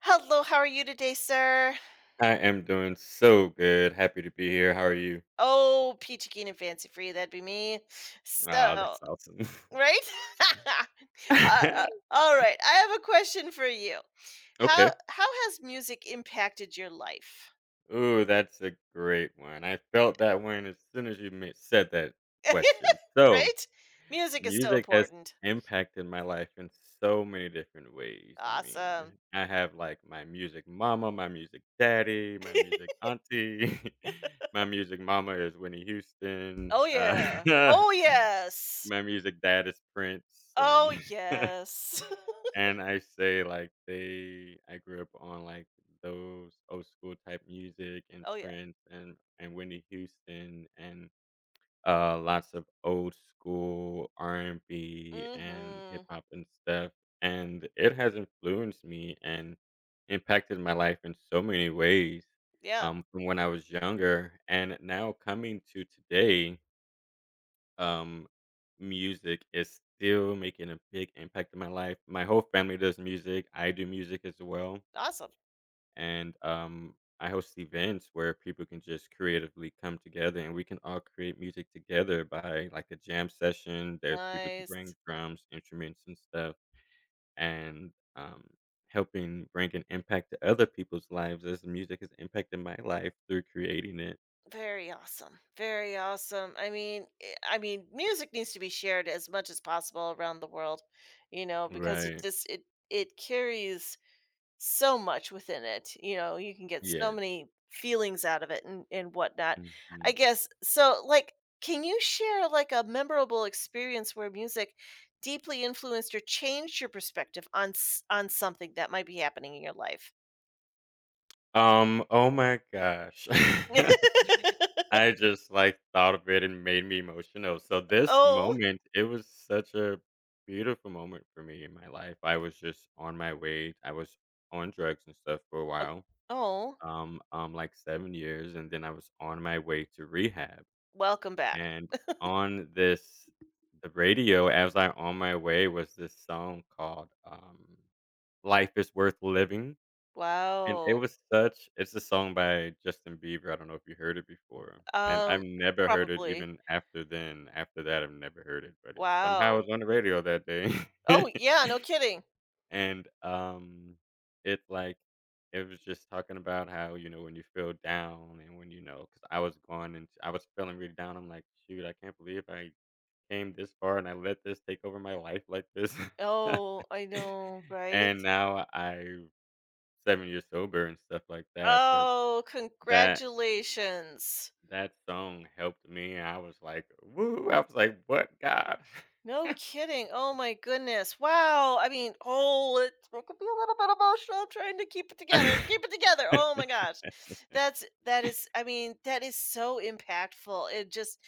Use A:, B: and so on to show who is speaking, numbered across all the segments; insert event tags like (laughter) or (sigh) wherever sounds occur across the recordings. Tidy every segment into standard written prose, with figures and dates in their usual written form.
A: Hello, how are you today, sir?
B: I am doing so good. Happy to be here. How are you?
A: Oh, peachy keen and fancy free, that'd be me.
B: Ah,
A: So,
B: that's awesome.
A: right? (laughs) uh, uh,
B: (laughs)
A: all right, I have a question for you.
B: Okay.
A: How has music impacted your life?
B: Ooh, that's a great one. I felt that one as soon as you said that
A: (laughs)
B: question.
A: right? Music is so
B: Music has
A: important.
B: impacted my life in so many different ways. I mean,
A: Awesome.
B: I have like my music mama, my music daddy, my music
A: (laughs)
B: auntie. (laughs) My music mama is Winnie Houston.
A: oh yeah.
B: (laughs)
A: Oh yes.
B: My music dad is Prince,
A: Oh
B: and (laughs)
A: yes.
B: and I say, like, they I grew up on, like, those old school type music
A: (laughs)
B: and
A: oh yeah.
B: Prince and Whitney Houston and lots of old school R&B and B and hip
A: Mhm.
B: hop and stuff, and it has influenced me and impacted my life in so many ways,
A: Yeah.
B: from when I was younger, and now coming to today, um, music is still making a big impact in my life. My whole family does music. I do music as well,
A: Awesome.
B: and I host events where people can just creatively come together and we can all create music together by like a jam session. There, people can
A: Nice.
B: bring drums, instruments, and stuff, and helping bring an impact to other people's lives as music has impacted my life through creating it.
A: Very awesome. Very awesome. I mean, music needs to be shared as much as possible around the world, because it
B: Right.
A: just it it carries so much within it. You know, you can get
B: Yeah.
A: so many feelings out of it and whatnot. I
B: Mm-hmm.
A: guess so. Like, can you share like a memorable experience where music deeply influenced or changed your perspective on on something that might be happening in your life?
B: Oh my gosh. (laughs)
A: (laughs)
B: I just like thought of it and made me emotional. So this
A: oh,
B: moment, it was such a beautiful moment for me in my life. I was just on my way. I was on drugs and stuff for a while.
A: oh,
B: Like 7 years, and then I was on my way to rehab.
A: welcome back.
B: And on this the radio as I on my way was this song called Life is Worth Living, and it
A: Wow.
B: was such it's a song by Justin Bieber, I don't know if you heard it before, and I've
A: Um,
B: never heard it
A: probably.
B: even after then. After that, I've never heard it, but it somehow was
A: Wow.
B: on the radio that day.
A: Oh,
B: (laughs)
A: yeah, no kidding.
B: And, it like it was just talking about how, you know, when you feel down and when you know. Cause I was going and I was feeling really down, I'm like, "Shoot, I can't believe I came this far and I let this take over my life like this."
A: Oh,
B: (laughs)
A: I know, right?
B: And now I'm 7 years sober and stuff like that, but
A: Oh,
B: that
A: congratulations.
B: that song helped me, I was like, "Woo!" I was like, "What God?"
A: No kidding. Oh my goodness. Wow. I mean, oh, it could be a little bit emotional trying to keep it together. Keep it
B: (laughs)
A: together. Oh my gosh. That's that is I mean, that is so impactful. It just.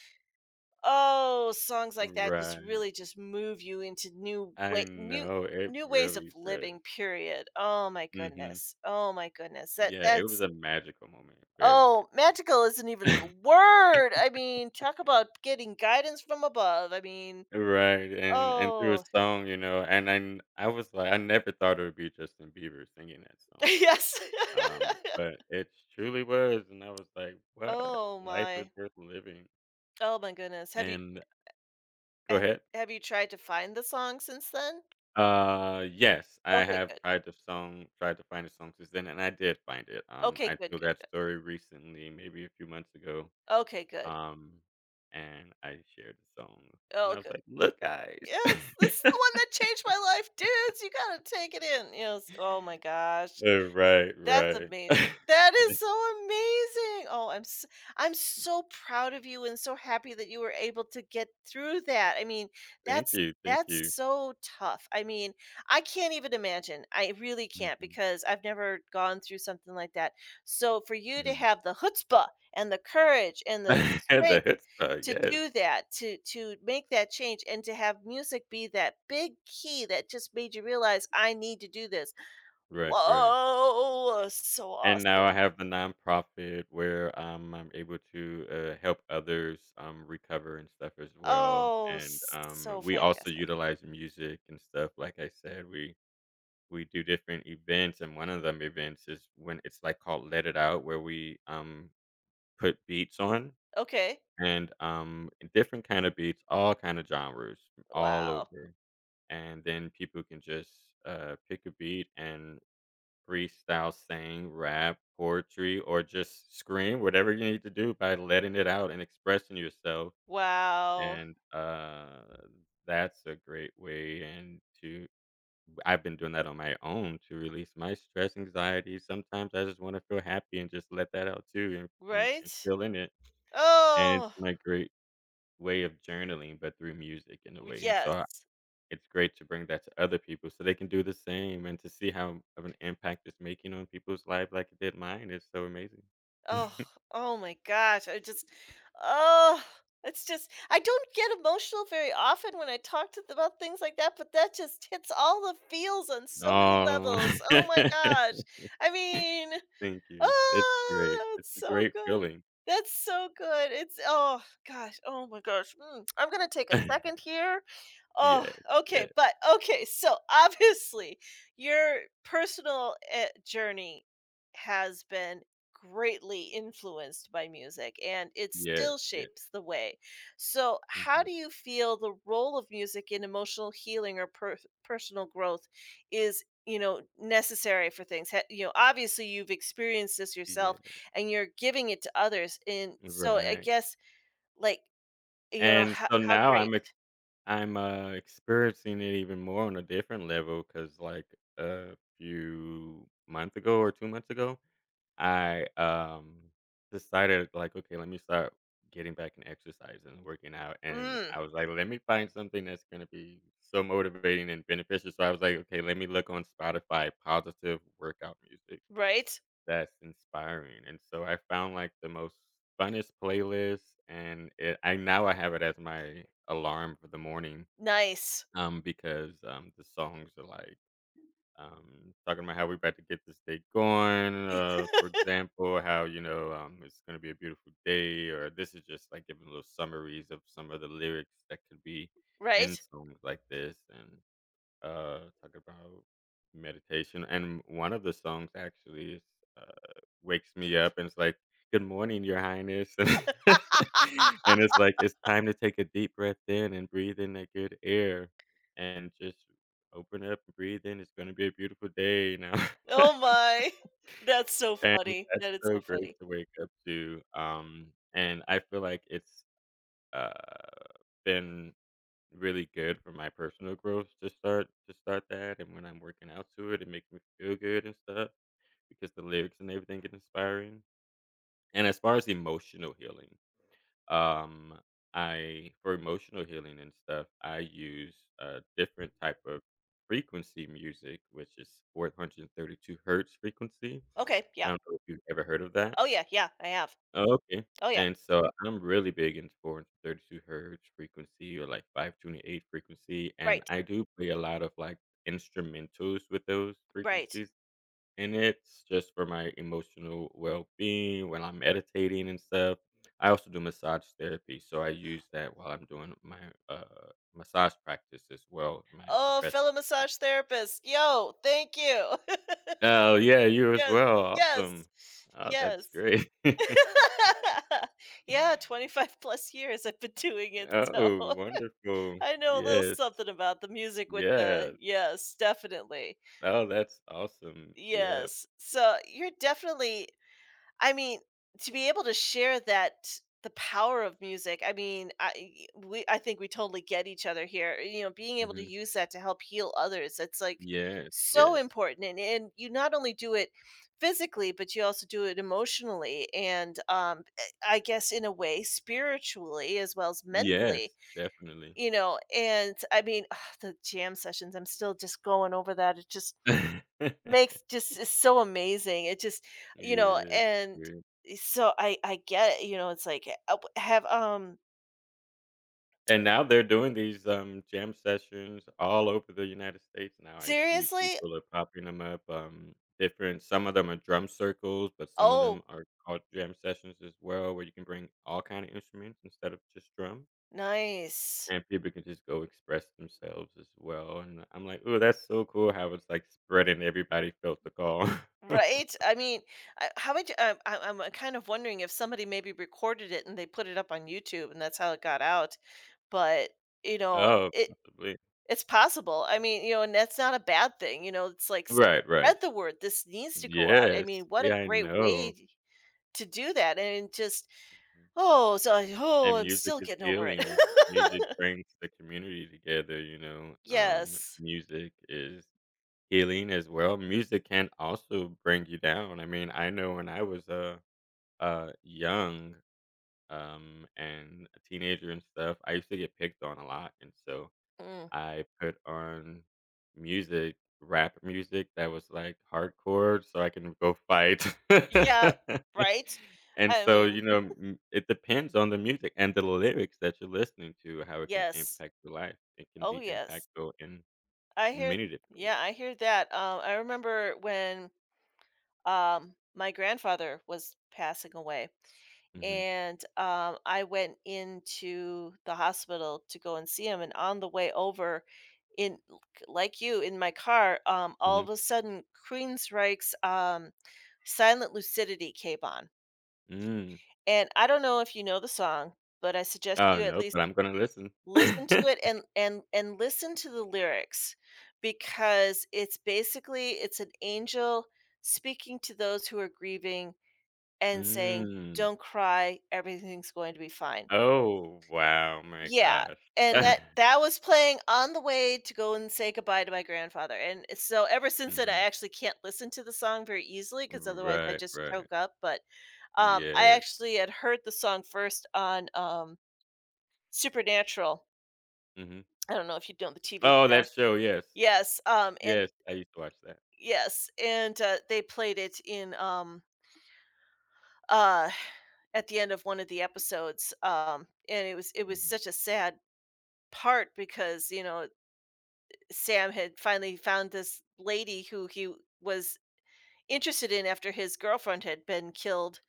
A: Oh, songs like that just
B: Right.
A: really just move you into
B: I know, it
A: new ways of
B: really does.
A: living, period. Oh my
B: Mhm.
A: goodness. Oh my goodness. That
B: Yeah, it was
A: that's
B: a magical moment, very
A: oh,
B: much.
A: magical isn't even the
B: (laughs)
A: word. I mean, talk about getting guidance from above. I mean,
B: Right, and through a
A: oh,
B: song, you know, and I was like I never thought it would be Justin Bieber singing that
A: (laughs)
B: song,
A: yes. (laughs)
B: but it truly was, and I was like, "What?
A: Oh
B: Life is
A: my.
B: worth living."
A: Oh my goodness.
B: And go
A: Have,
B: ahead.
A: have you tried to find the song since then?
B: Yes, I
A: Okay,
B: have
A: good.
B: tried to find a song since then, and I did find it.
A: Okay,
B: I
A: good,
B: told
A: good,
B: that
A: good.
B: story recently, maybe a few months ago.
A: Okay, good.
B: Um, and I shared the song, and
A: Oh,
B: I was
A: good.
B: like, "Look, guys."
A: Yes, this is the
B: (laughs)
A: one that changed my life, dudes, you gotta take it in. Yes, oh my gosh,
B: Right,
A: that's
B: right.
A: amazing.
B: (laughs)
A: That is so amazing. I'm so proud of you and so happy that you were able to get through that. I mean,
B: Thank
A: that's
B: you, thank
A: that's
B: you.
A: so tough. I mean, I can't even imagine. I really can't
B: Hmm.
A: because I've never gone through something like that. So for you to
B: Hmm.
A: have the chutzpah and the courage and
B: (laughs)
A: the
B: The
A: strength
B: hits,
A: to do
B: yes.
A: that, to make that change and to have music be that big key that just made you realize, "I need to do this."
B: Right, right.
A: Whoa, so
B: And now I
A: awesome.
B: have the nonprofit where, I'm able to, help others, recover and stuff as well,
A: Oh,
B: and,
A: so
B: we also
A: fantastic.
B: utilize music and stuff, like I said, we do different events, and one of them events is when it's, like, called Let It Out, where we, put beats on
A: Okay.
B: and, different kind of beats, all kind of genres, all
A: Wow.
B: over, and then people can just, pick a beat and freestyle, sing, rap, poetry, or just scream, whatever you need to do by letting it out and expressing yourself.
A: Wow.
B: And that's a great way. I've been doing that on my own to release my stress, anxiety. Sometimes I just want to feel happy and just let that out too, and
A: Right?
B: feel in it. And it's
A: Oh,
B: my great way of journaling, but through music in a way. And so
A: yes.
B: it's great to bring that to other people so they can do the same and to see how of an impact it's making on people's life like it did mine is so amazing.
A: Oh,
B: (laughs)
A: oh my gosh. I just, oh, it's just, I don't get emotional very often when I talk to them about things like that, but that just hits all the feels on so many
B: Oh.
A: levels. Oh my
B: (laughs)
A: gosh. I mean,
B: Thank you. It's great.
A: oh,
B: It's
A: it's
B: a
A: so
B: great
A: good.
B: feeling.
A: That's so good. It's, oh gosh. Oh my gosh. Mm. I'm going to take a second
B: (laughs)
A: here. Oh,
B: Yes,
A: okay,
B: yes,
A: but okay, so (laughs) obviously your personal journey has been greatly influenced by music and it
B: yes,
A: still
B: yes.
A: shapes the way. So, how
B: Mhm.
A: do you feel the role of music in emotional healing or personal growth is, you know, necessary for things? You know, obviously you've experienced this
B: Yeah,
A: yourself and you're giving it to others. And so I
B: right.
A: guess like, you know,
B: And so
A: how
B: now
A: great.
B: I'm, experiencing it even more on a different level, because like, a few month ago or 2 months ago I, decided, like, "Okay, let me start getting back and exercising and working out," and
A: Mm,
B: I was like, "Let me find something that's gonna be so motivating and beneficial," so I was like, "Okay, let me look on Spotify positive workout music
A: right?
B: that's inspiring," and so I found, like, the most funnest playlist, and it I now I have it as my alarm for the morning,
A: Nice,
B: because, the songs are, like, talking about how we're about to get this day going. For example, how you know, it's going to be a beautiful day, or this is just like giving little summaries of some of the lyrics that could be in
A: right?
B: songs like this, and talk about meditation, and one of the songs actually is, uh, wakes me up and it's like, "Good morning, your highness." (laughs) And it's
A: (laughs)
B: like, "It's time to take a deep breath in and breathe in that good air, and just open up and breathe in. It's gonna be a beautiful day now."
A: Oh
B: (laughs)
A: my. That's so
B: And
A: funny.
B: that's
A: That is
B: so
A: so
B: great
A: funny.
B: to wake up to, and I feel like it's, uh, been really good for my personal growth to start that, and when I'm working out to it, it makes me feel good and stuff because the lyrics and everything get inspiring. And as far as emotional healing, um, I for emotional healing and stuff, I use a different type of frequency music, which is 432 hertz frequency.
A: Okay,
B: I
A: yeah.
B: don't know if you've ever heard of that.
A: Oh, yeah, yeah, I have.
B: Oh, okay.
A: Oh, yeah,
B: And so I'm really big into 432 hertz frequency or like 528 frequency. And
A: right,
B: I do play a lot of like instrumentals with those
A: right.
B: frequencies. And it's just for my emotional well being when I'm meditating and stuff. I also do massage therapy. So I use that while I'm doing my massage practice as well, in my
A: Oh,
B: profession.
A: fellow massage therapist. Yo, thank you. (laughs)
B: Oh, yeah, you as
A: Yes,
B: well. Awesome.
A: yes,
B: Oh,
A: yes.
B: that's great. (laughs)
A: (laughs) Yeah, 25 plus years I've been doing it,
B: Oh,
A: so (laughs)
B: wonderful.
A: I know a little
B: Yes.
A: something about the music with the
B: Yeah.
A: yes, definitely.
B: Oh, that's awesome. Yeah.
A: Yes. So, you're definitely I mean, to be able to share that the power of music, I mean, I think we totally get each other here. You know, being able to
B: Mhm.
A: use that to help heal others, it's, like,
B: Yes,
A: so
B: yes.
A: important, and you not only do it physically, but you also do it emotionally and, I guess in a way, spiritually as well as mentally,
B: Yes, definitely.
A: you know, and I mean, (sighs) the jam sessions, I'm still just going over that, it just
B: (laughs)
A: makes just is so amazing. It just you know,
B: Yeah,
A: and
B: it's
A: so I get it, you know, it's like, w have,
B: and now they're doing these, jam sessions all over the United States now. I see
A: seriously?
B: people are popping them up, different some of them are drum circles, but some of them
A: Oh,
B: are called jam sessions as well, where you can bring all kind of instruments instead of just drum.
A: nice.
B: And people can just go express themselves as well, and I'm like, "Ooh, that's so cool how it's, like, spreading. Everybody felt the call." (laughs)
A: Right? I mean, I how would you I I'm kind of wondering if somebody maybe recorded it and they put it up on YouTube and that's how it got out, but, you know,
B: Oh, possibly.
A: it's possible. I mean, you know, and that's not a bad thing, you know, it's like,
B: Right, right.
A: spread the word, this needs to go out. I
B: Yes.
A: mean, what a
B: Yeah, I
A: great
B: know.
A: way to do that, and just oh, so I oh,
B: And
A: I'm
B: music
A: still
B: is
A: getting over it.
B: healing. Music
A: (laughs)
B: brings the community together, you know?
A: Yes.
B: Music is healing as well. Music can also bring you down. I mean, I know when I was, young, and a teenager and stuff, I used to get picked on a lot, and so
A: Mm.
B: I put on music, rap music that was, like, hardcore so I can go fight.
A: Yeah,
B: (laughs)
A: right?
B: And
A: I
B: so,
A: mean,
B: you know, m it depends on the music and the lyrics that you're listening to, how it can
A: yes.
B: impact your life. It can
A: Oh,
B: be
A: yes.
B: impactful in
A: I hear
B: many different
A: yeah,
B: ways.
A: I hear that. I remember when, my grandfather was passing away,
B: Mhm,
A: and, I went into the hospital to go and see him, and on the way over in l k like you, in my car, all
B: mhm,
A: of a sudden, Queensryche's, Silent Lucidity came on.
B: mm.
A: And I don't know if you know the song, but I suggest
B: Oh,
A: you at
B: no,
A: least
B: but I'm gonna listen.
A: listen to
B: (laughs)
A: it and and listen to the lyrics because it's basically it's an angel speaking to those who are grieving and saying,
B: Mm.
A: "Don't cry, everything's going to be fine."
B: Oh, wow, my
A: Yeah,
B: gosh.
A: and
B: (laughs)
A: that was playing on the way to go and say goodbye to my grandfather, and it's- so ever since then, I
B: Mhm.
A: actually can't listen to the song very easily because otherwise I
B: Right,
A: just
B: right.
A: choke up, but, I
B: Yes.
A: actually had heard the song first on, um, Supernatural.
B: Mhm.
A: I don't know if you know the TV
B: Oh,
A: show.
B: that show, yes.
A: Yes, and
B: Yes, I used to watch that.
A: yes, and, they played it in, uh, at the end of one of the episodes, and it was
B: Mhm.
A: such a sad part because, you know, Sam had finally found this lady who he was interested in after his girlfriend had been killed,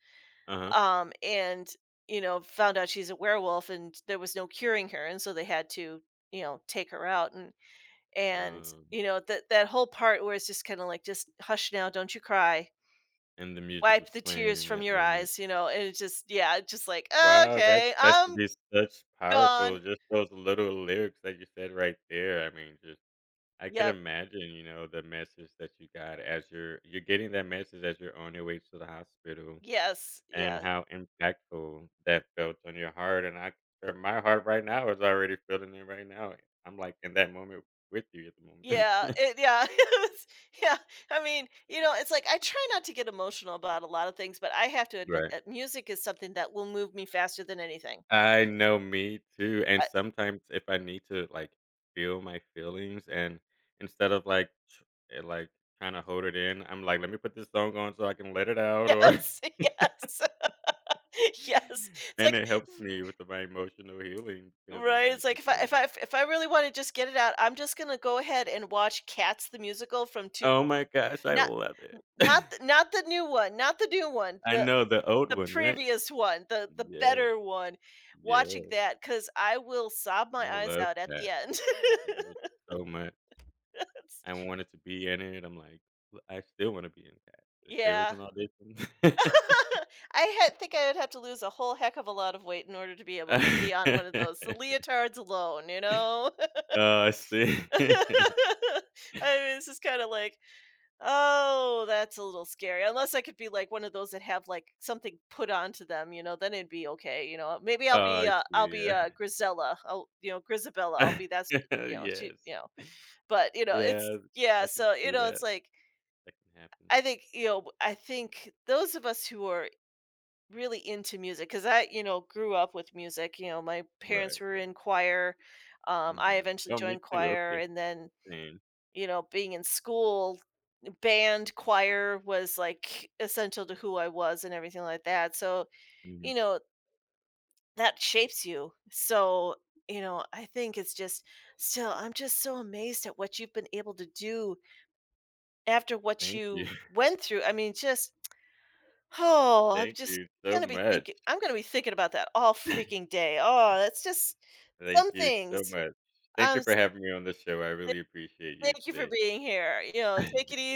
B: Uh-huh.
A: and, you know, found out she's a werewolf and there was no curing her, and so they had to, you know, take her out. And,
B: Um,
A: you know, that whole part where it's just kinda like, "Just hush now, don't you cry.
B: and the music
A: Wipe
B: was
A: the
B: playing
A: tears
B: in
A: from
B: that
A: your
B: moment.
A: eyes," you know, and it just yeah, it's just like,
B: Wow, that
A: "Okay,
B: that should
A: I'm
B: be such
A: gone."
B: powerful just those little lyrics that you said right there. I mean, just I could
A: Yep.
B: imagine, you know, the message that you got as you're getting that message as you're on your way to the hospital
A: Yes.
B: and
A: Yeah.
B: how impactful that felt on your heart, and I or my heart right now is already feeling it right now. I'm, like, in that moment with you at the
A: Yeah.
B: moment. (laughs)
A: It yeah. (laughs) It was yeah. I mean, you know, it's like I try not to get emotional about a lot of things, but I have to admit
B: Right.
A: that music is something that will move me faster than anything.
B: I know, me too, and
A: I
B: sometimes if I need to, like, feel my feelings and instead of, like, eh, like, trying to hold it in, I'm like, "Let me put this song on so I can let it
A: (laughs)
B: out," or
A: yes,
B: (laughs)
A: (laughs) yes, (laughs) yes. It's
B: and
A: like
B: it helps me with my emotional healing because I'm
A: right? It's
B: like,
A: like
B: "Okay."
A: if I really wanna just get it out, I'm just gonna go ahead and watch Cats the Musical from two.
B: Oh my gosh, I
A: Not
B: love
A: n
B: it.
A: not
B: (laughs)
A: the not the new one,
B: I
A: the
B: know, the old one, right?
A: previous one, the
B: Yeah,
A: better one, watching
B: yeah,
A: that because I will sob
B: I
A: my eyes
B: love
A: out at the
B: that.
A: end.
B: I love it
A: (laughs)
B: so much.
A: It's
B: I wanted to be in it, I'm like, "L I still wanna be in Cats." If there was
A: yeah.
B: an audition (laughs)
A: (laughs) I had think I would have to lose a whole heck of a lot of weight in order to be able to be on one of those, the
B: (laughs)
A: leotards alone, you know?
B: Oh, I see.
A: (laughs)
B: (laughs)
A: I mean, this is kinda like oh, that's a little scary. Unless I could be like one of those that have like something put onto them, you know, then it'd be okay. You know, maybe
B: Oh, I see,
A: I'll be
B: yeah.
A: Grisella. Grisabella, I'll be that's you
B: (laughs)
A: know,
B: Yes.
A: but you know, it's
B: Yeah,
A: yeah,
B: I can
A: so you
B: see
A: know, it's
B: that.
A: like
B: That can happen.
A: I think, you know, I think those of us who are really into music, because I, you know, grew up with music, you know, my parents
B: Right,
A: were
B: right.
A: in choir. I
B: Mhm.
A: eventually
B: Oh, me
A: joined
B: too,
A: choir
B: okay.
A: and then
B: Same.
A: you know being in school band choir was like essential to who I was and everything like that. So,
B: Mhm.
A: you know, that shapes you. So, you know, I think it's just still, I'm just so amazed at what you've been able to do after what
B: Thank you.
A: you
B: (laughs)
A: went through. I mean, just, oh, I'm
B: Thank
A: just
B: you so
A: going to be
B: much.
A: thinking, I'm going to be thinking about that all freaking
B: (laughs)
A: day. Oh, that's just
B: Thank
A: some
B: you so
A: things.
B: much. Thank
A: Um,
B: you for
A: s-
B: having me on the show, I
A: th-
B: really appreciate you
A: thank you for
B: today.
A: being here. You know,
B: (laughs)
A: take it easy.